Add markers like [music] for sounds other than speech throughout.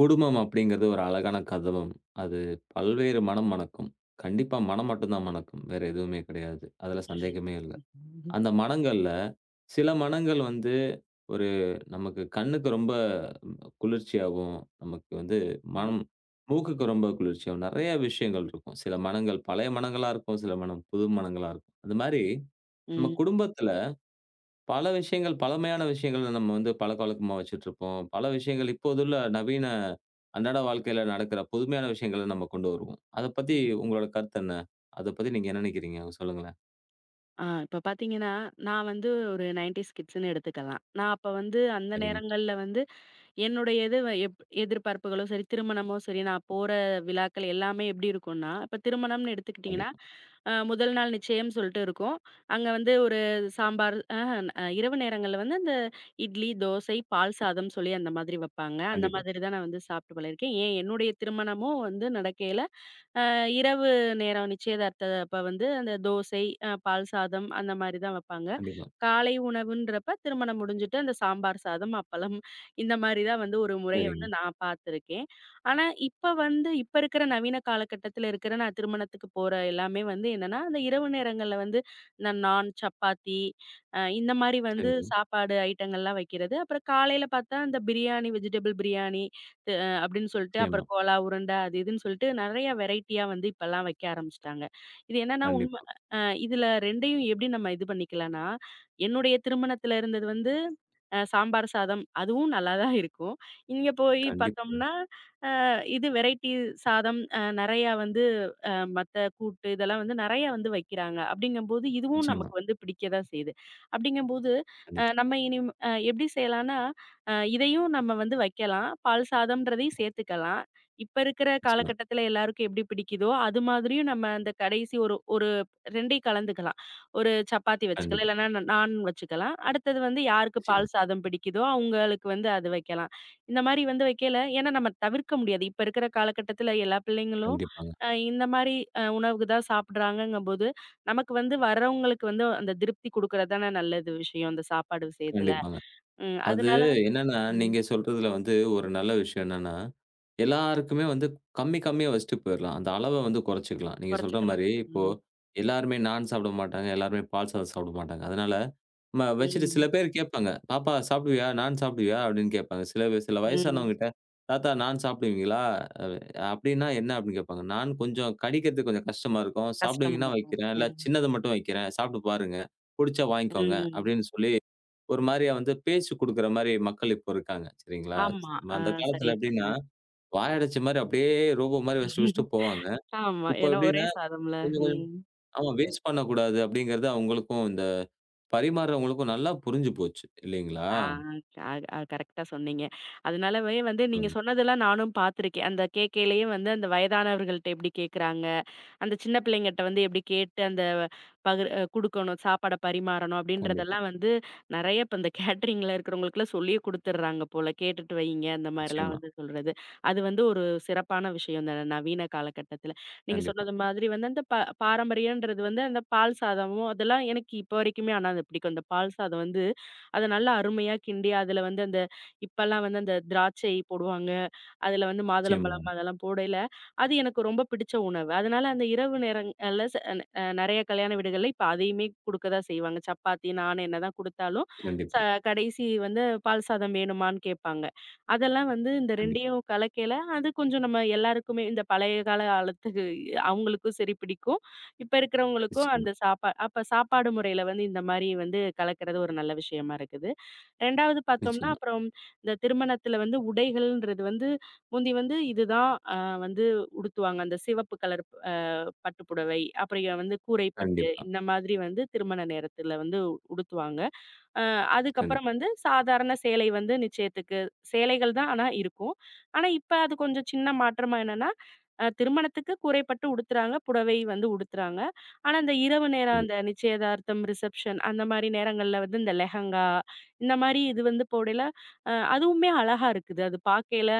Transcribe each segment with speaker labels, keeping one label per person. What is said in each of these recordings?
Speaker 1: குடும்பம் அப்படிங்கிறது ஒரு அழகான கதவம். அது பல்வேறு மனம் மணக்கும். கண்டிப்பா மனம் மட்டும் தான் மணக்கும். வேற எதுவுமே கிடையாது. அதுல சந்தேகமே இல்ல.
Speaker 2: ம்.
Speaker 1: அந்த மனங்கள்ல சில மனங்கள் வந்து ஒரு நமக்கு கண்ணுக்கு ரொம்ப குளிர்ச்சியாவும், நமக்கு வந்து
Speaker 2: ம்.
Speaker 1: மனம் மூக்குக்கு ரொம்ப குளிர்ச்சியாவும் நெறைய விஷயங்கள் இருக்கும். சில மனங்கள் பழைய மனங்களா இருக்கும். சில மனம் புது மனங்களா இருக்கும். அந்த மாரி நம்ம
Speaker 2: ம்.
Speaker 1: குடும்பத்துல பல விஷயங்கள், பழமையான விஷயங்கள நம்ம வந்து பழக்கவழக்கமா வச்சுட்ருப்போம். பல விஷயங்கள் இப்போதுள்ள நவீன அன்றாட வாழ்க்கையில நடக்கிற புதுமையான விஷயங்கள நம்ம கொண்டு வருவோம். அத பத்தி
Speaker 2: ம்.
Speaker 1: உங்களோட கருத்து என்ன? அத பத்தி நீங்க என்ன நெனைக்கிறீங்க? சொல்லுங்களேன்.
Speaker 2: ஆ இப்ப பார்த்தீங்கன்னா, நான் வந்து ஒரு 90ஸ் கிட்ஸ்ன்னு எடுத்துக்கலாம். நான் அப்ப வந்து அந்த
Speaker 1: சரிங்க.
Speaker 2: நேரங்கள்ல வந்து என்னுடைய எது எப் எதிர்பார்ப்புகளோ சரி, திருமணமோ சரி, நான் போற விழாக்கள் எல்லாமே எப்படி இருக்கும்னா, இப்ப திருமணம்னு எடுத்துக்கிட்டிங்கன்னா,
Speaker 1: கண்டிப்பா,
Speaker 2: முதல் நாள் நிச்சயம் சொல்லிட்டு இருக்கும். அங்க வந்து ஒரு சாம்பார் இரவு நேரங்கள்ல வந்து அந்த இட்லி, தோசை, பால் சாதம் சொல்லி அந்த மாதிரி வப்பாங்க. அந்த
Speaker 1: கண்டிப்பா,
Speaker 2: மாதிரி தான் நான் வந்து சாப்பிட்டு பழகியிருக்கேன். ஏன் என்னுடைய திருமணமும் வந்து நடக்கையில அ இரவு நேரம் நிச்சயதார்த்த அப்ப வந்து அந்த தோசை, பால் சாதம் அந்த மாரி தான் வப்பாங்க.
Speaker 1: கண்டிப்பா.
Speaker 2: காலை உணவுன்றப்ப திருமணம் முடிஞ்சுட்டு அந்த சாம்பார் சாதம், அப்பளம் இந்த மாரி தான் வந்து ஒரு முறைய
Speaker 1: சரிங்க,
Speaker 2: வந்து நான் பார்த்துருக்கேன். ஆனா, இப்ப வந்து இப்ப இருக்கிற நவீன காலகட்டத்தில இருக்கிற நான் திருமணத்துக்கு போற எல்லாமே வந்து என்னன்னா, அந்த இரவு நேரங்கள்ல வந்து இந்த நான், சப்பாத்தி இந்த மாரி வந்து
Speaker 1: சரிங்க.
Speaker 2: சாப்பாடு ஐட்டங்கள்லாம் வைக்கிறது. அப்புறம் காலையில பார்த்தா, இந்த பிரியாணி, வெஜிடபிள் பிரியாணி, அப்படின்னு சொல்லிட்டு
Speaker 1: நிச்சயமா.
Speaker 2: அப்புறம் கோலா, உருண்டை அது இதுன்னு சொல்லிட்டு நெறைய வெரைட்டியா வந்து இப்பல்லாம் வைக்க ஆரம்பிச்சுட்டாங்க. இது என்னன்னா உண்ம
Speaker 1: கண்டிப்பா,
Speaker 2: அ இதுல 2யும் எப்படி நம்ம இது பண்ணிக்கலாம்னா, என்னுடைய திருமணத்துல இருந்தது வந்து சாம்பார் சாதம் அதுவும் நல்லா தான் இருக்கும். இங்க போய்
Speaker 1: கண்டிப்பாங்க.
Speaker 2: பார்த்தோம்னா, அ இது வெரைட்டி சாதம் நெறையா வந்து அ மத்த கூட்டு இதெல்லாம் வந்து நெறையா வந்து வைக்கிறாங்க. அப்படிங்கும்போது இதுவும்
Speaker 1: நிச்சயமா.
Speaker 2: நமக்கு வந்து பிடிக்க தான் செய்யுது. அப்படிங்கும்போது
Speaker 1: கண்டிப்பா,
Speaker 2: நம்ம இனி எப்படி செய்யலாம்னா இதையும் நம்ம வந்து வைக்கலாம். பால் சாதம்ன்றதையும் சேர்த்துக்கலாம். இப்ப இருக்கிற
Speaker 1: நிச்சயமா.
Speaker 2: காலகட்டத்தில எல்லாருக்கும் எப்படி பிடிக்குதோ, அது மாதிரியும் நம்ம அந்த கடைசி ஒரு ஒரு 2யும் கலந்துக்கலாம். ஒரு சப்பாத்தி வச்சுக்கலாம்.
Speaker 1: கண்டிப்பா,
Speaker 2: இல்லன்னா நான் வச்சுக்கலாம். அடுத்தது வந்து யாருக்கு
Speaker 1: நிச்சயமா.
Speaker 2: பால் சாதம் பிடிக்குதோ, அவங்களுக்கு வந்து அது வைக்கலாம். இந்த மாரி வந்து வைக்கல ஏன்னா நம்ம தவிர்க்க முடியாது. இப்ப இருக்கிற காலகட்டத்தில எல்லா பிள்ளைங்களும்
Speaker 1: கண்டிப்பாங்க,
Speaker 2: இந்த மாரி உணவுக்கு தான் சாப்பிடுறாங்கங்கும்போது, நமக்கு வந்து வரவங்களுக்கு வந்து அந்த திருப்தி குடுக்கறது தானே நல்லது விஷயம், அந்த சாப்பாடு விஷயத்தில.
Speaker 1: கண்டிப்பாங்க.
Speaker 2: ம்.
Speaker 1: அது
Speaker 2: அதனால
Speaker 1: என்னன்னா,
Speaker 2: ம்.
Speaker 1: நீங்க சொல்றதுல வந்து ஒரு நல்ல விஷயம் என்னன்னா, எல்லாருக்குமே வந்து கம்மி கம்மியா வச்சுட்டு போயிரலாம். அந்த அளவ வந்து குறைச்சுக்கலாம். நீங்க சொல்ற
Speaker 2: குறைச்சுக்கலாம்.
Speaker 1: மாரி, இப்போ
Speaker 2: ம்.
Speaker 1: எல்லாருமே நான் சாப்பிட மாட்டாங்க. எல்லாருமே பால் சாதம் சாப்பிட மாட்டாங்க. அதனால நம்ம வச்சுட்டு சில
Speaker 2: ம்.
Speaker 1: பேர் கேட்பாங்க, "பாப்பா சாப்பிடுவியா? நான் சாப்பிடுவியா?" அப்படின்னு கேட்பாங்க. சில பேர் சில
Speaker 2: ம்.
Speaker 1: வயசானவங்ககிட்ட, "தாத்தா நான் சாப்பிடுவீங்களா?" அ அப்படின்னா என்ன அப்படின்னு கேட்பாங்க. நான் கொஞ்சம் கடிக்கிறதுக்கு கொஞ்சம் கஷ்டமா இருக்கும்.
Speaker 2: கஷ்டமா
Speaker 1: சாப்பிடுவீங்கன்னா
Speaker 2: இருக்கும்.
Speaker 1: வைக்கிறேன். இல்ல
Speaker 2: ம்.
Speaker 1: சின்னத மட்டும் வைக்கிறேன். சாப்பிட்டு பாருங்க. புடிச்சா வாங்கிக்கோங்க
Speaker 2: ம்.
Speaker 1: அப்படின்னு சொல்லி ஒரு மாரியா வந்து பேச்சு குடுக்குற மாரி மக்கள் இப்போ இருக்காங்க. சரிங்களா?
Speaker 2: ஆமா. ஆ
Speaker 1: அந்த
Speaker 2: சரியா
Speaker 1: காலத்துல எப்படின்னா,
Speaker 2: சொன்னீங்க.
Speaker 1: வாயடைச்ச மாரி அப்படியே ரோபோ மாரி வச்சுட்டு வச்சுட்டு போவாங்க.
Speaker 2: ஆமா.
Speaker 1: இப்போ
Speaker 2: ஏன்னா ஒரே
Speaker 1: எப்படின்னா
Speaker 2: சாதம்ல.
Speaker 1: கொஞ்சம் கொஞ்சம்
Speaker 2: ம்.
Speaker 1: ஆமா வேஸ்ட் பண்ணக்கூடாது அப்படிங்கிறது அவங்களுக்கும் இந்த பரிமாறுறவங்களுக்கும் நல்லா புரிஞ்சு போச்சு. இல்லைங்களா?
Speaker 2: ஆ அ அ கரெக்ட்டா சொன்னீங்க. அதனாலவே வந்து நீங்க
Speaker 1: ம்.
Speaker 2: சொன்னதெல்லாம் நானும் பார்த்துருக்கேன். அந்த கேக்கையிலயும் வந்து அந்த வயதானவர்கள்ட்ட எப்படி கேட்கறாங்க? அந்த சின்ன பிள்ளைங்கட்ட வந்து எப்படி கேட்டு அந்த பகிர் அ குடுக்கணும், சாப்பாட பரிமாறணும்
Speaker 1: கண்டிப்பா.
Speaker 2: அப்படின்றதெல்லாம் வந்து நெறைய இப்ப இந்த கேட்டரிங்ல இருக்கிறவங்களுக்குலாம் சொல்லியே குடுத்துடுறாங்க போல. கேட்டுட்டு வையுங்க, அந்த மாரிலாம்
Speaker 1: நிச்சயமா.
Speaker 2: வந்து சொல்றது. அது வந்து ஒரு சிறப்பான விஷயம் இந்த நவீன காலகட்டத்தில. நீங்க
Speaker 1: கண்டிப்பா.
Speaker 2: சொன்னது மாதிரி வந்து அந்த பாரம்பரியன்றது வந்து அந்த பால் சாதமும் அதெல்லாம் எனக்கு இப்போ வரைக்குமே ஆனா அது பிடிக்கும். அந்த பால் சாதம் வந்து அத நல்லா அருமையா கிண்டி அதில வந்து அந்த இப்பலாம் வந்து அந்த திராட்சை போடுவாங்க. அதில வந்து
Speaker 1: நிச்சயமா.
Speaker 2: மாதுளம்பழம் அதெல்லாம் போடையில அது எனக்கு ரொம்ப பிடிச்ச உணவு. அதனால அந்த இரவு நேரங்கள்ல ச அ அ நெறைய கல்யாண வீடுகள்ல இப்ப அதையுமே குடுக்க தான் செய்வாங்க. சப்பாத்தி, நாண் என்னதான் குடுத்தாலும், ச
Speaker 1: கண்டிப்பா.
Speaker 2: கடைசி வந்து பால் சாதம் வேணுமான்னு கேட்பாங்க. அதெல்லாம் வந்து இந்த
Speaker 1: கண்டிப்பா.
Speaker 2: 2யும் கலக்கையில அது கொஞ்சம் நம்ம எல்லாருக்குமே இந்த பழைய கால காலத்துக்கு அவங்களுக்கும் சரி பிடிக்கும். இப்ப இருக்கிறவங்களுக்கும்
Speaker 1: நிச்சயமா.
Speaker 2: அந்த சாப்பாடு முறையில வந்து இந்த மாரி வந்து கலக்கிறது ஒரு நல்ல விஷயமா இருக்குது. 2வது பார்த்தோம்னா,
Speaker 1: நிச்சயமா.
Speaker 2: அப்புறம் இந்த திருமணத்தில வந்து உடைகள்ன்றது வந்து முந்தி வந்து இதுதான் வந்து உடுத்துவாங்க. அந்த சிவப்பு கலர் அ பட்டுப்புடவை, அப்புறம் இங்க வந்து கூரை பட்டு
Speaker 1: கண்டிப்பா.
Speaker 2: இந்த மாதிரி வந்து திருமண நேரத்தில வந்து உடுத்துவாங்க. அ
Speaker 1: கண்டிப்பா.
Speaker 2: அதுக்கப்புறம் வந்து சாதாரண சேலை வந்து நிச்சயத்துக்கு. சேலைகள் தான் ஆனா இருக்கும். ஆனா, இப்ப அது கொஞ்சம் சின்ன மாற்றமா என்னன்னா, திருமணத்துக்கு குறைபட்டு உடுத்துறாங்க. புடவை வந்து உடுத்துறாங்க. ஆனா, அந்த இரவு நேரம் அந்த
Speaker 1: கண்டிப்பா.
Speaker 2: நிச்சயதார்த்தம், ரிசப்ஷன் அந்த மாரி நேரங்கள்ல வந்து இந்த லெஹங்கா இந்த மாரி இது வந்து போடையில அதுவுமே அழகா இருக்குது. அது பார்க்கையில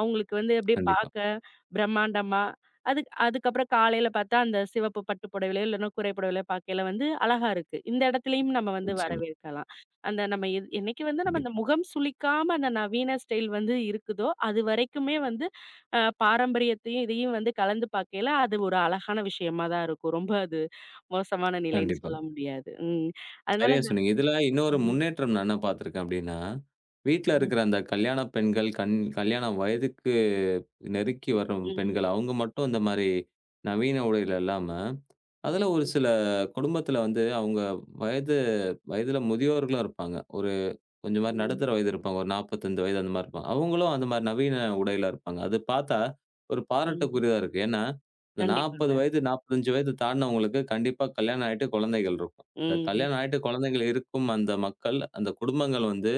Speaker 2: அவங்களுக்கு வந்து அப்படியே
Speaker 1: கண்டிப்பா.
Speaker 2: பார்க்க பிரம்மாண்டமா, அதுக்கப்புறம் காலையில பார்த்தா அந்த சிவப்பு பட்டு புடவையிலயோ, இல்லன்னா குறை புடவையிலயோ பார்க்கையில வந்து அழகா இருக்கு. இந்த இடத்துலயும் நம்ம வந்து
Speaker 1: நிச்சயமா.
Speaker 2: வரவேற்கலாம். அந்த நம்ம என்னைக்கு வந்து நம்ம அந்த
Speaker 1: கண்டிப்பா.
Speaker 2: முகம் சுளிக்காம அந்த நவீன ஸ்டைல் வந்து இருக்குதோ, அது வரைக்குமே வந்து பாரம்பரியத்தையும், இதையும் வந்து கலந்து பார்க்கையில அது ஒரு அழகான விஷயமா தான் இருக்கும். ரொம்ப அது மோசமான நிலைன்னு
Speaker 1: கண்டிப்பா.
Speaker 2: சொல்ல முடியாது. ம். அதனால
Speaker 1: சரியா
Speaker 2: இந்த
Speaker 1: சொன்னீங்க. இதுல இன்னொரு
Speaker 2: ம்,
Speaker 1: முன்னேற்றம் நான் என்ன பார்த்துருக்கேன் அப்டின்னா, வீட்ல
Speaker 2: ம்,
Speaker 1: இருக்கிற அந்த கல்யாண பெண்கள், கல்யாண வயதுக்கு நெருக்கி வரும்
Speaker 2: ம்,
Speaker 1: பெண்கள், அவங்க மட்டும் இந்த மாரி நவீன உடையில இல்லாம, அதுல ஒரு
Speaker 2: ம்,
Speaker 1: சில குடும்பத்தில வந்து அவங்க வயது வயதில முதியோர்களும் இருப்பாங்க. ஒரு கொஞ்சம் மாரி
Speaker 2: ம்,
Speaker 1: நடுத்தர வயது இருப்பாங்க. ஒரு 45 வயது அந்த மாரி இருப்பாங்க. அவங்களும் அந்த மாரி நவீன உடையில இருப்பாங்க. அது பார்த்தா ஒரு
Speaker 2: ம்.
Speaker 1: பாராட்டக்குரியதா இருக்கு. ஏன்னா, இந்த 40
Speaker 2: கண்டிப்பாங்க.
Speaker 1: வயது, 45 வயது தாண்டுனவங்களுக்கு கண்டிப்பா கல்யாணம் ஆயிட்டு குழந்தைகள் இருக்கும். இந்த
Speaker 2: ம், ம்,
Speaker 1: கல்யாணம் ஆயிட்டு குழந்தைகள் இருக்கும் அந்த மக்கள், அந்த குடும்பங்கள் வந்து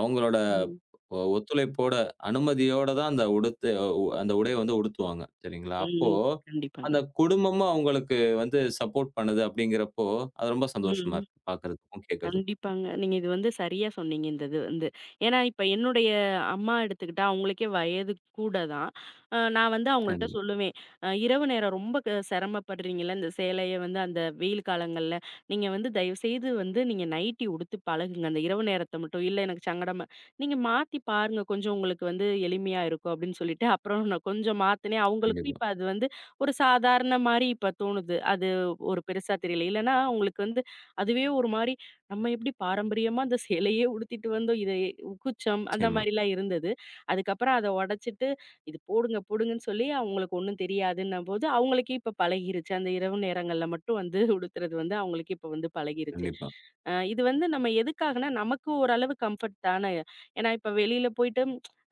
Speaker 1: அவங்களோட
Speaker 2: ம்,
Speaker 1: ஒத்துழைப்போட, அனுமதியோட தான் அந்த உடைய வந்து உடுத்துவாங்க. சரிங்களா? அப்போ
Speaker 2: ம். கண்டிப்பாங்க.
Speaker 1: அந்த குடும்பமும் அவங்களுக்கு வந்து சப்போர்ட் பண்ணுது அப்படிங்கிறப்போ, அது ரொம்ப சந்தோஷமா
Speaker 2: ம்.
Speaker 1: இருக்கு. பார்க்கறதுக்கும், கேட்கறதுக்கும்.
Speaker 2: கண்டிப்பாங்க. நீங்க இது வந்து சரியா சொன்னீங்க இந்த இது வந்து. ஏன்னா, இப்ப என்னுடைய அம்மா எடுத்துக்கிட்டா அவங்களுக்கே வயது கூட தான். நான் வந்து அவங்கள்ட்ட
Speaker 1: கண்டிப்பா,
Speaker 2: சொல்லுவேன். "இரவு நேரம் ரொம்ப சிரமப்படுறீங்கல்ல, இந்த சேலைய வந்து அந்த வெயில் காலங்கள்ல. நீங்க வந்து தயவுசெய்து வந்து நீங்க நைட்டி உடுத்து பழகுங்க. அந்த இரவு நேரத்த மட்டும். இல்ல எனக்கு சங்கடமா நீங்க மாத்தி பாருங்க. கொஞ்சம் உங்களுக்கு வந்து எளிமையா இருக்கும்." அப்படின்னு சொல்லிட்டு, அப்புறம் நான் கொஞ்சம் மாத்துனேன். அவங்களுக்கும்
Speaker 1: கண்டிப்பா.
Speaker 2: இப்ப அது வந்து ஒரு சாதாரண மாரி இப்ப தோணுது. அது ஒரு பெருசா தெரியல. இல்லன்னா அவங்களுக்கு வந்து அதுவே ஒரு மாரி நம்ம எப்படி பாரம்பரியமா அந்த சேலையே உடுத்திட்டு வந்தோம். இதை குச்சம் அந்த
Speaker 1: நிச்சயமா.
Speaker 2: மாரிலாம் இருந்தது. அதுக்கப்புறம் அத உடைச்சிட்டு, "இது போடுங்க, போடுங்கன்னு" சொல்லி அவங்களுக்கு ஒண்ணும் தெரியாதுன்னும்போது, அவங்களுக்கே இப்ப பழகிருச்சு. அந்த இரவு நேரங்கள்ல மட்டும் வந்து உடுத்துறது வந்து அவங்களுக்கு இப்ப வந்து பழகிருச்சு.
Speaker 1: கண்டிப்பா.
Speaker 2: இது வந்து நம்ம எதுக்காகன்னா, நமக்கு ஓரளவு கம்ஃபர்ட் தானே. ஏன்னா இப்ப வெளியில போயிட்டு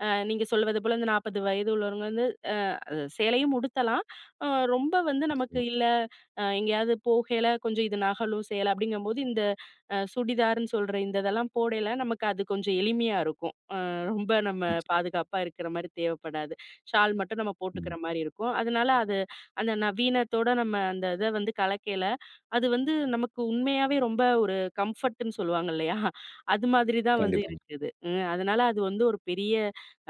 Speaker 2: நீங்க சொல்வது போல இந்த 40 வயது உள்ளவங்க வந்து அ சேலையும் உடுத்தலாம். அ ரொம்ப வந்து நமக்கு
Speaker 1: நிச்சயமா.
Speaker 2: இல்ல எங்கேயாவது போகையில கொஞ்சம் இது நகலும் சேலை அப்படிங்கும்போது இந்த சுடிதார்ன்னு சொல்ற இந்த இதெல்லாம் போடையில நமக்கு அது கொஞ்சம் எளிமையா இருக்கும். ரொம்ப நம்ம
Speaker 1: நிச்ச
Speaker 2: பாதுகாப்பா இருக்கிற மாரி தேவைப்படாது. ஷால் மட்டும் நம்ம போட்டுக்கிற
Speaker 1: ம்.
Speaker 2: மாரி இருக்கும். அதனால அது அந்த நவீனத்தோட நம்ம அந்த இத வந்து கலக்கையில, அது வந்து நமக்கு உண்மையாவே ரொம்ப ஒரு கம்ஃபர்ட்ன்னு சொல்லுவாங்க இல்லையா? அது மாதிரி தான் வந்து
Speaker 1: கண்டிப்பாங்க.
Speaker 2: இருக்குது. ம். அதனால அது வந்து ஒரு பெரிய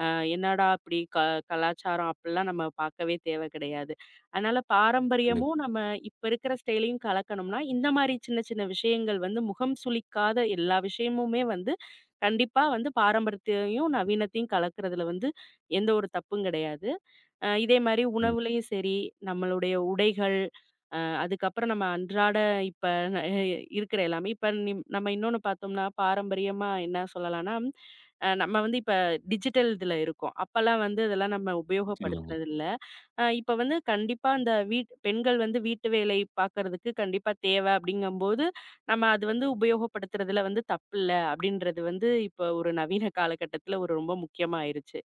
Speaker 2: அ என்னடா இப்படி கலாச்சாரம் அப்படிலாம் நம்ம பார்க்கவே தேவை கிடையாது. அதனால
Speaker 1: கண்டிப்பா.
Speaker 2: பாரம்பரியமும் நம்ம இப்ப இருக்கிற ஸ்டைலையும் கலக்கணும்னா, இந்த மாரி சின்ன சின்ன விஷயங்கள் வந்து முகம் சுளிக்காத எல்லா விஷயமுமே வந்து கண்டிப்பா வந்து பாரம்பரியத்தையும், நவீனத்தையும் கலக்கிறதுல வந்து எந்த ஒரு தப்பும் கிடையாது. இதே மாரி
Speaker 1: கண்
Speaker 2: உணவுலயும் சரி, நம்மளுடைய உடைகள், அதுக்கப்புறம் நம்ம அன்றாட இப்ப ந இருக்கிற எல்லாமே இப்ப நம்ம இன்னொன்னு பார்த்தோம்னா, பாரம்பரியமா என்ன சொல்லலாம்னா, நம்ம வந்து இப்ப டிஜிட்டல் இதுல இருக்கோம். அப்பலாம் வந்து இதெல்லாம் நம்ம
Speaker 1: நிச்சயமாங்க.
Speaker 2: உபயோகப்படுத்தினது இல்ல. இப்ப வந்து கண்டிப்பா அந்த வீட் பெண்கள் வந்து வீட்டு வேலை பார்க்கறதுக்கு கண்டிப்பா தேவை அப்படிங்கும்போது, நம்ம அது வந்து உபயோகப்படுத்துறதுல வந்து தப்பில்ல அப்படின்றது வந்து இப்ப ஒரு நவீன காலகட்டத்துல ஒரு ரொம்ப முக்கியமா ஆயிருச்சு.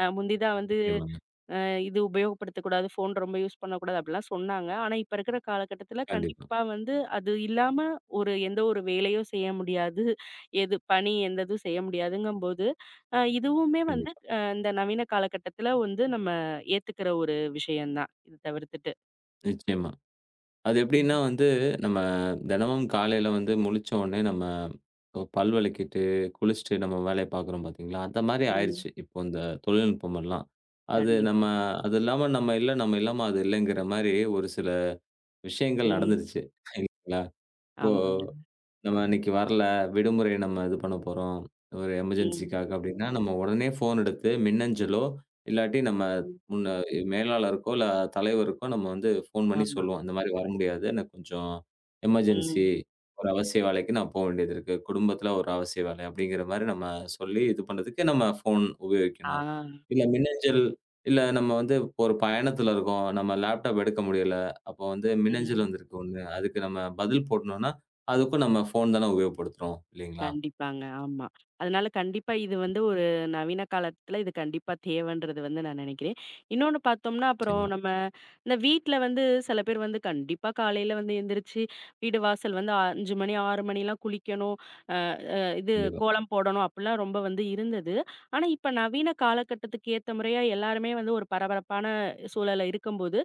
Speaker 2: முந்தி தான் வந்து
Speaker 1: நிச்சயமாங்க.
Speaker 2: அ இது உபயோகப்படுத்தக்கூடாது, ஃபோன் ரொம்ப யூஸ் பண்ணக்கூடாது அப்படிலாம் சொன்னாங்க. ஆனா, இப்ப இருக்கிற காலகட்டத்தில
Speaker 1: கண்டிப்பா.
Speaker 2: கண்டிப்பா வந்து அது இல்லாம ஒரு எந்த ஒரு வேலையும் செய்ய முடியாது. எது பணி எந்த இதுவும் செய்ய முடியாதுங்கும்போது, இதுவுமே வந்து
Speaker 1: கண்டிப்பா.
Speaker 2: இந்த நவீன காலகட்டத்தில வந்து நம்ம ஏத்துக்கிற ஒரு விஷயம் தான். இது தவிர்த்துட்டு.
Speaker 1: நிச்சயமா. அது எப்படின்னா
Speaker 2: ம்,
Speaker 1: வந்து, நம்ம தினமும் காலையில வந்து முழிச்ச உடனே நம்ம பல் விளக்கிட்டு, குளிச்சுட்டு நம்ம வேலைய பார்க்குறோம் பார்த்தீங்களா? அந்த மாரி
Speaker 2: ம்.
Speaker 1: ஆயிருச்சு. இப்போ இந்த தொழில்நுட்பம் எல்லாம். அது நம்ம
Speaker 2: கண்டிப்பாங்க.
Speaker 1: அது இல்லாம நம்ம இல்ல, நம்ம இல்லாம அது இல்லைங்கிற மாரி ஒரு சில விஷயங்கள்
Speaker 2: ம்.
Speaker 1: நடந்துருச்சு. இல்லைங்களா? இப்போ
Speaker 2: ஆமாங்க.
Speaker 1: நம்ம இன்னைக்கு வரல. விடுமுறை நம்ம இது பண்ண போறோம். ஒரு
Speaker 2: ம்,
Speaker 1: எமர்ஜென்சிக்காக அப்டின்னா, நம்ம உடனே ஃபோன் எடுத்து மின்னஞ்சலோ, இல்லாட்டி நம்ம
Speaker 2: ம்.
Speaker 1: முன்ன மேலாளருக்கோ, இல்ல தலைவருக்கோ நம்ம வந்து ஃபோன் பண்ணி
Speaker 2: ஆமா.
Speaker 1: சொல்லுவோம். இந்த மாரி வர முடியாது. எனக்கு கொஞ்சம் எமர்ஜென்சி.
Speaker 2: ம்.
Speaker 1: ஒரு அவசிய வேலைக்கு நான் வேண்டியது இருக்கு. குடும்பத்தில ஒரு அவசிய வேலை அப்டிங்கிற மாரி நம்ம சொல்லி இது பண்றதுக்கு நம்ம ஃபோன்
Speaker 2: ஆ.
Speaker 1: உபயோகிக்கணும். இல்ல மின்னஞ்சல் இல்ல நம்ம வந்து இப்போ ஒரு பயணத்தில இருக்கோம். நம்ம லேப்டாப் எடுக்க முடியல. அப்போ வந்து மின்னஞ்சல்
Speaker 2: ம்.
Speaker 1: வந்திருக்கு ஒண்ணு. அதுக்கு நம்ம பதில் போடணும்னா அதுக்கும் நம்ம ஃபோன் தான உபயோகப்படுத்துறோம் இல்லைங்களா?
Speaker 2: கண்டிப்பாங்க. ஆமா. அதனால கண்டிப்பா இது வந்து ஒரு நவீன காலத்துல இது கண்டிப்பா தேவன்றது வந்து நான் நெனைக்கிறேன். இன்னொன்னு பார்த்தோம்னா, அப்புறம்
Speaker 1: நிச்சயமா.
Speaker 2: நம்ம இந்த வீட்ல வந்து சில பேர் வந்து கண்டிப்பா காலையில வந்து எந்திரிச்சு, வீடு வாசல் வந்து 5 மணி, 6 மணிலாம் குளிக்கணும். இது
Speaker 1: கண்டிப்பா,
Speaker 2: கோலம் போடணும் அப்படிலாம் ரொம்ப வந்து இருந்தது. ஆனா, இப்ப நவீன காலகட்டத்துக்கு ஏத்த முறையா எல்லாருமே வந்து ஒரு பரபரப்பான சூழல்ல இருக்கும்போது,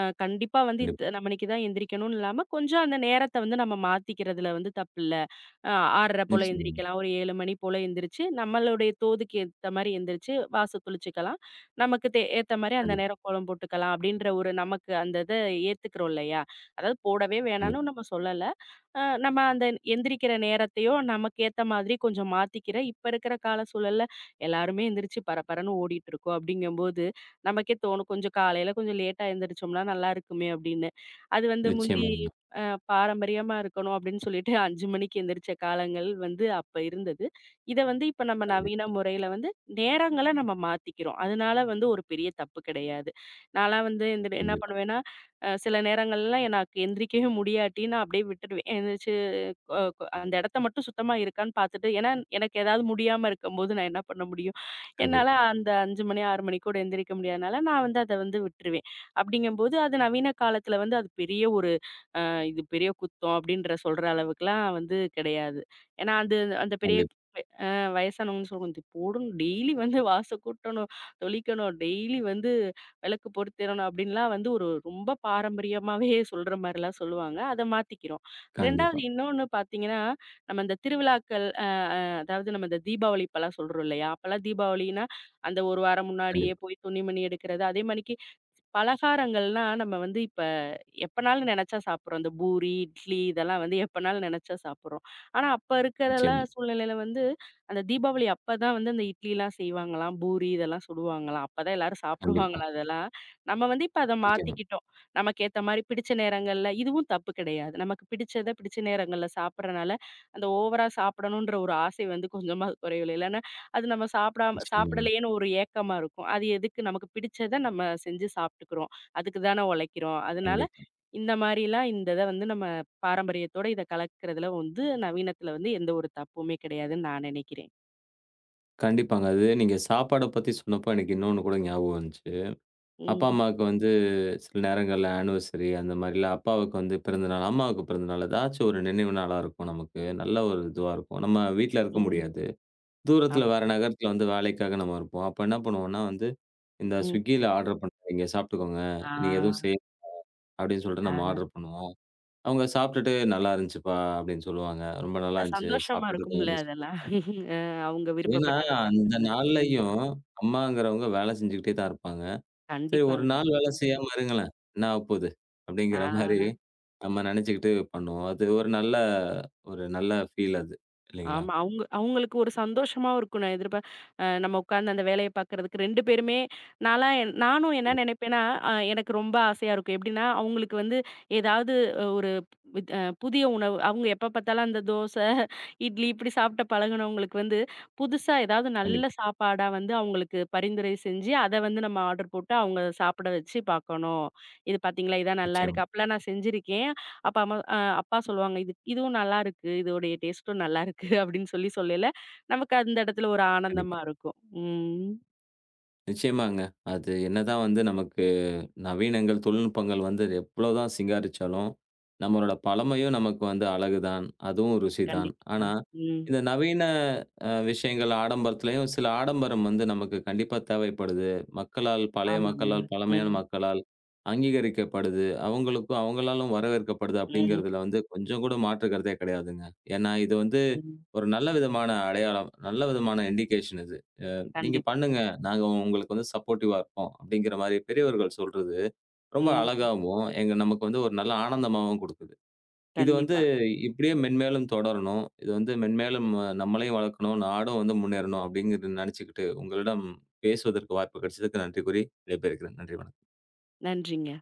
Speaker 2: கண்டிப்பா வந்து
Speaker 1: கண்டிப்பா.
Speaker 2: நம்மளைக்கு தான் எந்திரிக்கணும்னு இல்லாம, கொஞ்சம் அந்த நேரத்த வந்து நம்ம மாத்திக்கிறதுல வந்து தப்பில்ல. அ 6:30 போல
Speaker 1: நிச்சயமாங்க.
Speaker 2: எந்திரிக்கலாம். ஒரு 7 மணி போல எந்திரிச்சு, நம்மளுடைய தோதுக்கு ஏத்த மாரி எந்திரிச்சு வாச தெளிச்சுக்கலாம். நமக்கு ஏத்த மாரி அந்த
Speaker 1: கண்டிப்பா,
Speaker 2: நேரம் கோலம் போட்டுக்கலாம். அப்படின்ற ஒரு நமக்கு அந்த இத ஏத்துக்கிறோம் இல்லையா? அதாவது போடவே வேணாம்னு
Speaker 1: கண்டிப்பா.
Speaker 2: நம்ம சொல்லல. நம்ம அந்த எந்திரிக்கிற நேரத்தையோ, நமக்கு ஏத்த மாதிரி கொஞ்சம் மாத்திக்கிறேன். இப்ப இருக்கிற கால சூழல்ல எல்லாருமே எந்திரிச்சு பரபரன்னு ஓடிட்டு இருக்கோம். அப்படிங்கும்போது, நமக்கே தோணும் கொஞ்சம் காலையில கொஞ்சம் லேட்டா எந்திரிச்சோம்னா நல்லா இருக்குமே அப்படின்னு. அது வந்து முந்தி
Speaker 1: நிச்சயமாங்க.
Speaker 2: அ பாரம்பரியமா இருக்கணும் அப்படின்னு சொல்லிட்டு 5 மணிக்கு எந்திரிச்ச காலங்கள் வந்து அப்ப இருந்தது. இத வந்து இப்ப நம்ம நவீன முறையில வந்து நேரங்கள நம்ம மாத்திக்கிறோம். அதனால வந்து ஒரு பெரிய தப்பு கிடையாது. நான்லாம் வந்து எந்திரி என்ன
Speaker 1: கண்டிப்பா,
Speaker 2: பண்ணுவேன்னா சில நேரங்கள்லாம் எனக்கு எந்திரிக்கவே முடியாட்டி, நான் அப்படியே விட்டுடுவேன். எந்திரிச்சு அ கு அந்த இடத்த மட்டும் சுத்தமா இருக்கான்னு பார்த்துட்டு ஏன்னா எனக்கு ஏதாவது முடியாம இருக்கும்போது நான் என்ன பண்ண முடியும்? என்னால
Speaker 1: கண்டிப்பா, கண்டிப்பா,
Speaker 2: அந்த 5 மணி, 6 மணிக்கூட எந்திரிக்க முடியாதனால, நான் வந்து அத வந்து விட்டுருவேன். அப்படிங்கும்போது, அது நவீன காலத்துல வந்து அது பெரிய ஒரு அ இது பெரிய குத்தம் அப்படின்ற சொல்ற அளவுக்குலாம் வந்து கிடையாது. ஏன்னா அது அந்த பெரிய
Speaker 1: கண்டிப்
Speaker 2: வயசானவங்கன்னு சொல்லுவாங்க. "இது போடணும், டெய்லி வந்து வாச கூட்டணும், தொளிக்கணும், டெய்லி வந்து விளக்கு பொருத்திரணும்" அப்படின்லாம் வந்து ஒரு ரொம்ப பாரம்பரியமாவே சொல்ற மாரிலாம் சொல்லுவாங்க. அத மாத்திக்கிறோம். 2வது
Speaker 1: கண்டிப்பா,
Speaker 2: இன்னொன்னு பார்த்தீங்கன்னா, நம்ம இந்த திருவிழாக்கள் அ அ அதாவது நம்ம இந்த தீபாவளி இப்பலாம் சொல்றோம் இல்லையா? அப்பலாம் தீபாவளின்னா, அந்த ஒரு வாரம் முன்னாடியே
Speaker 1: கண்டிப்பா.
Speaker 2: போய் துணிமணி எடுக்கிறது, அதே மாணிக்கு பலகாரங்கள்லாம் நம்ம வந்து இப்ப எப்பனாலும் நெனைச்சா சாப்பிடுறோம். இந்த பூரி, இட்லி இதெல்லாம் வந்து எப்பனாலும் நெனைச்சா சாப்பிடுறோம். ஆனா அப்ப இருக்கிறலாம்
Speaker 1: நிச்சயமா,
Speaker 2: சூழ்நிலையில வந்து அந்த தீபாவளி அப்பதான் வந்து அந்த இட்லிலாம் செய்வாங்களாம், பூரி இதெல்லாம் சுடுவாங்களாம். அப்பதான் எல்லாரும்
Speaker 1: கண்டிப்பா,
Speaker 2: சாப்பிடுவாங்களாம் அதெல்லாம். நம்ம வந்து இப்ப அத
Speaker 1: நிச்சயமா,
Speaker 2: மாத்திக்கிட்டோம். நமக்கு ஏத்த மாரி பிடிச்ச நேரங்கள்ல இதுவும் தப்பு கிடையாது. நமக்கு பிடிச்சத பிடிச்ச நேரங்கள்ல சாப்பிடுறனால, அந்த ஓவரா சாப்பிடணுன்ற ஒரு ஆசை வந்து கொஞ்சமா குறையல. அது நம்ம சாப்பிடாம
Speaker 1: நிச்சயமாங்க.
Speaker 2: சாப்பிடலையேன்னு ஒரு ஏக்கமா இருக்கும். அது எதுக்கு நமக்கு பிடிச்சத நம்ம செஞ்சு சாப்பிட்டுக்கிறோம். அதுக்கு தான உழைக்கிறோம். அதனால
Speaker 1: கண்டிப்பா.
Speaker 2: இந்த மாரிலாம் இந்த இத வந்து நம்ம பாரம்பரியத்தோட இத கலக்கிறதுல வந்து நவீனத்துல வந்து எந்த ஒரு தப்புமே கிடையாதுன்னு நான் நினைக்கிறேன்.
Speaker 1: கண்டிப்பாங்க. அது நீங்க சாப்பாட பத்தி சொன்னப்போ எனக்கு இன்னொன்னு கூட ஞாபகம் வந்துச்சு. அப்பா,
Speaker 2: ம்,
Speaker 1: அம்மாவுக்கு வந்து சில நேரங்கள்ல ஆனிவர்சரி அந்த மாரிலாம் அப்பாவுக்கு வந்து பிறந்தநாள், அம்மாவுக்கு பிறந்தநாள் ஏதாச்சும் ஒரு நினைவு நாளா இருக்கும் நமக்கு. நல்ல ஒரு இதுவா இருக்கும். நம்ம வீட்ல இருக்க
Speaker 2: ம்.
Speaker 1: முடியாது. தூரத்தில
Speaker 2: ஆமா.
Speaker 1: வேற நகரத்தில வந்து வேலைக்காக நம்ம இருப்போம். அப்ப என்ன பண்ணுவோம்னா வந்து இந்த
Speaker 2: ம்.
Speaker 1: Swiggyல ஆர்டர் பண்றீங்க சாப்பிட்டுக்கோங்க. நீங்க எதுவும்
Speaker 2: ஆ,
Speaker 1: செய்ய அப்படின்னு சொல்லிட்டு நம்ம
Speaker 2: ஆ.
Speaker 1: ஆர்டர் பண்ணுவோம். அவங்க சாப்பிட்டுட்டு நல்லா இருந்துச்சுப்பா அப்படின்னு சொல்லுவாங்க. ரொம்ப நல்லா
Speaker 2: அது
Speaker 1: இருந்துச்சு.
Speaker 2: சந்தோஷமா
Speaker 1: சாப்பிட்டுட்டு
Speaker 2: இருக்கும்ல
Speaker 1: போங்க.
Speaker 2: அதெல்லாம். [laughs] அ அவங்க
Speaker 1: ஏன்னா,
Speaker 2: விருப்பப்பட்டத சாப்பிட்ட
Speaker 1: அந்த
Speaker 2: மாரி. ம்.
Speaker 1: நாள்லயும் அம்மாங்கிறவங்க வேலை செஞ்சுக்கிட்டே தான் இருப்பாங்க. சரி ஒரு
Speaker 2: கண்டிப்பாங்க.
Speaker 1: நாள் வேலை
Speaker 2: ம்.
Speaker 1: செய்யாம இருங்களேன். என்ன ஆகப்போது?
Speaker 2: ஆ.
Speaker 1: அப்படிங்கிற மாரி நம்ம நெனச்சுக்கிட்டு பண்ணுவோம். அது ஒரு நல்ல ஃபீல் அது. இல்லைங்களா?
Speaker 2: ஆமா. அவுங்க அவுங்களுக்கு ஒரு சந்தோஷமாவும் இருக்கும். நான் எதிர்பா அ நம்ம உட்கார்ந்து அந்த வேலைய பார்க்கறதுக்கு 2 பேருமே நான்லாம் நானும் என்ன நினைப்பேன்னா, எனக்கு ரொம்ப ஆசையா இருக்கும். எப்படின்னா, அவுங்களுக்கு வந்து ஏதாவது ஒரு வித் அ புதிய உணவு அவுங்க எப்ப பார்த்தாலும் அந்த தோசை, இட்லி இப்படி சாப்பிட்டு பழகுனவங்களுக்கு வந்து, புதுசா ஏதாவது நல்ல
Speaker 1: கண்டிப்பா.
Speaker 2: சாப்பாடா வந்து அவுங்களுக்கு பரிந்துரை செஞ்சு, அத வந்து நம்ம ஆர்டர் போட்டு அவுங்க சாப்பிட வச்சு பார்க்கணும். "இது பார்த்தீங்களா, இதான்
Speaker 1: நிச்சயமா,
Speaker 2: நல்லாயிருக்கு." அப்படிலாம் நான் செஞ்சிருக்கேன். அப்ப அம்மா அப்பா சொல்லுவாங்க, "இது இதுவும் நல்லாருக்கு. இதோடைய டேஸ்ட்டும் நல்லாருக்கு." அப்படின்னு சொல்லி சொல்லயில, நமக்கு அந்த இடத்துல ஒரு
Speaker 1: கண்டிப்பா.
Speaker 2: ஆனந்தமா இருக்கும். ம்.
Speaker 1: நிச்சயமாங்க. அது என்னதான் வந்து நமக்கு நவீனங்கள், தொழில்நுட்பங்கள் வந்து எவ்வளோதான் சிங்காரிச்சாலும், நம்மளோட பழமையும் நமக்கு வந்து அழகு தான். அதுவும் ருசி தான்.
Speaker 2: கண்டிப்பாங்க.
Speaker 1: ஆனா,
Speaker 2: ம்.
Speaker 1: இந்த நவீன விஷயங்கள் ஆடம்பரத்திலயும் சில ஆடம்பரம் வந்து நமக்கு கண்டிப்பா தேவைப்படுது. மக்களால் பழைய
Speaker 2: ஆமாங்க.
Speaker 1: மக்களால்,
Speaker 2: ம்.
Speaker 1: பழமையான மக்களால் அங்கீகரிக்கப்படுது. அவங்களுக்கும் அவங்களாலும் வரவேற்கப்படுது
Speaker 2: ம்.
Speaker 1: அப்படிங்கிறதுல வந்து கொஞ்சம் கூட மாற்று கருத்தே கிடையாதுங்க. ஏன்னா, இது வந்து
Speaker 2: ம்.
Speaker 1: ஒரு நல்ல விதமான அடையாளம். நல்ல விதமான இண்டிகேஷன் இது. "நீங்க
Speaker 2: கண்டிப்பாங்க.
Speaker 1: பண்ணுங்க. நாங்க உங்களுக்கு வந்து சப்போர்ட்டிவா இருக்கோம்." அப்படிங்கிற மாரி பெரியவர்கள் சொல்றது ரொம்ப
Speaker 2: ம்.
Speaker 1: அழகாவும், எங்க நமக்கு வந்து ஒரு நல்ல ஆனந்தமாவும் குடுக்குது. இது வந்து
Speaker 2: கண்டிப்பா.
Speaker 1: இப்படியே மென்மேலும் தொடரணும். இது வந்து மென்மேலும் நம்மளையும் வளர்க்கணும், நாடும் வந்து முன்னேறணும் அப்படிங்கிறது நெனச்சுக்கிட்டு, உங்களிடம் பேசுவதற்கு வாய்ப்பு கிடைச்சதுக்கு நன்றி கூறி விடைபெறுகிறேன். நன்றி வணக்கம்.
Speaker 2: நன்றிங்க.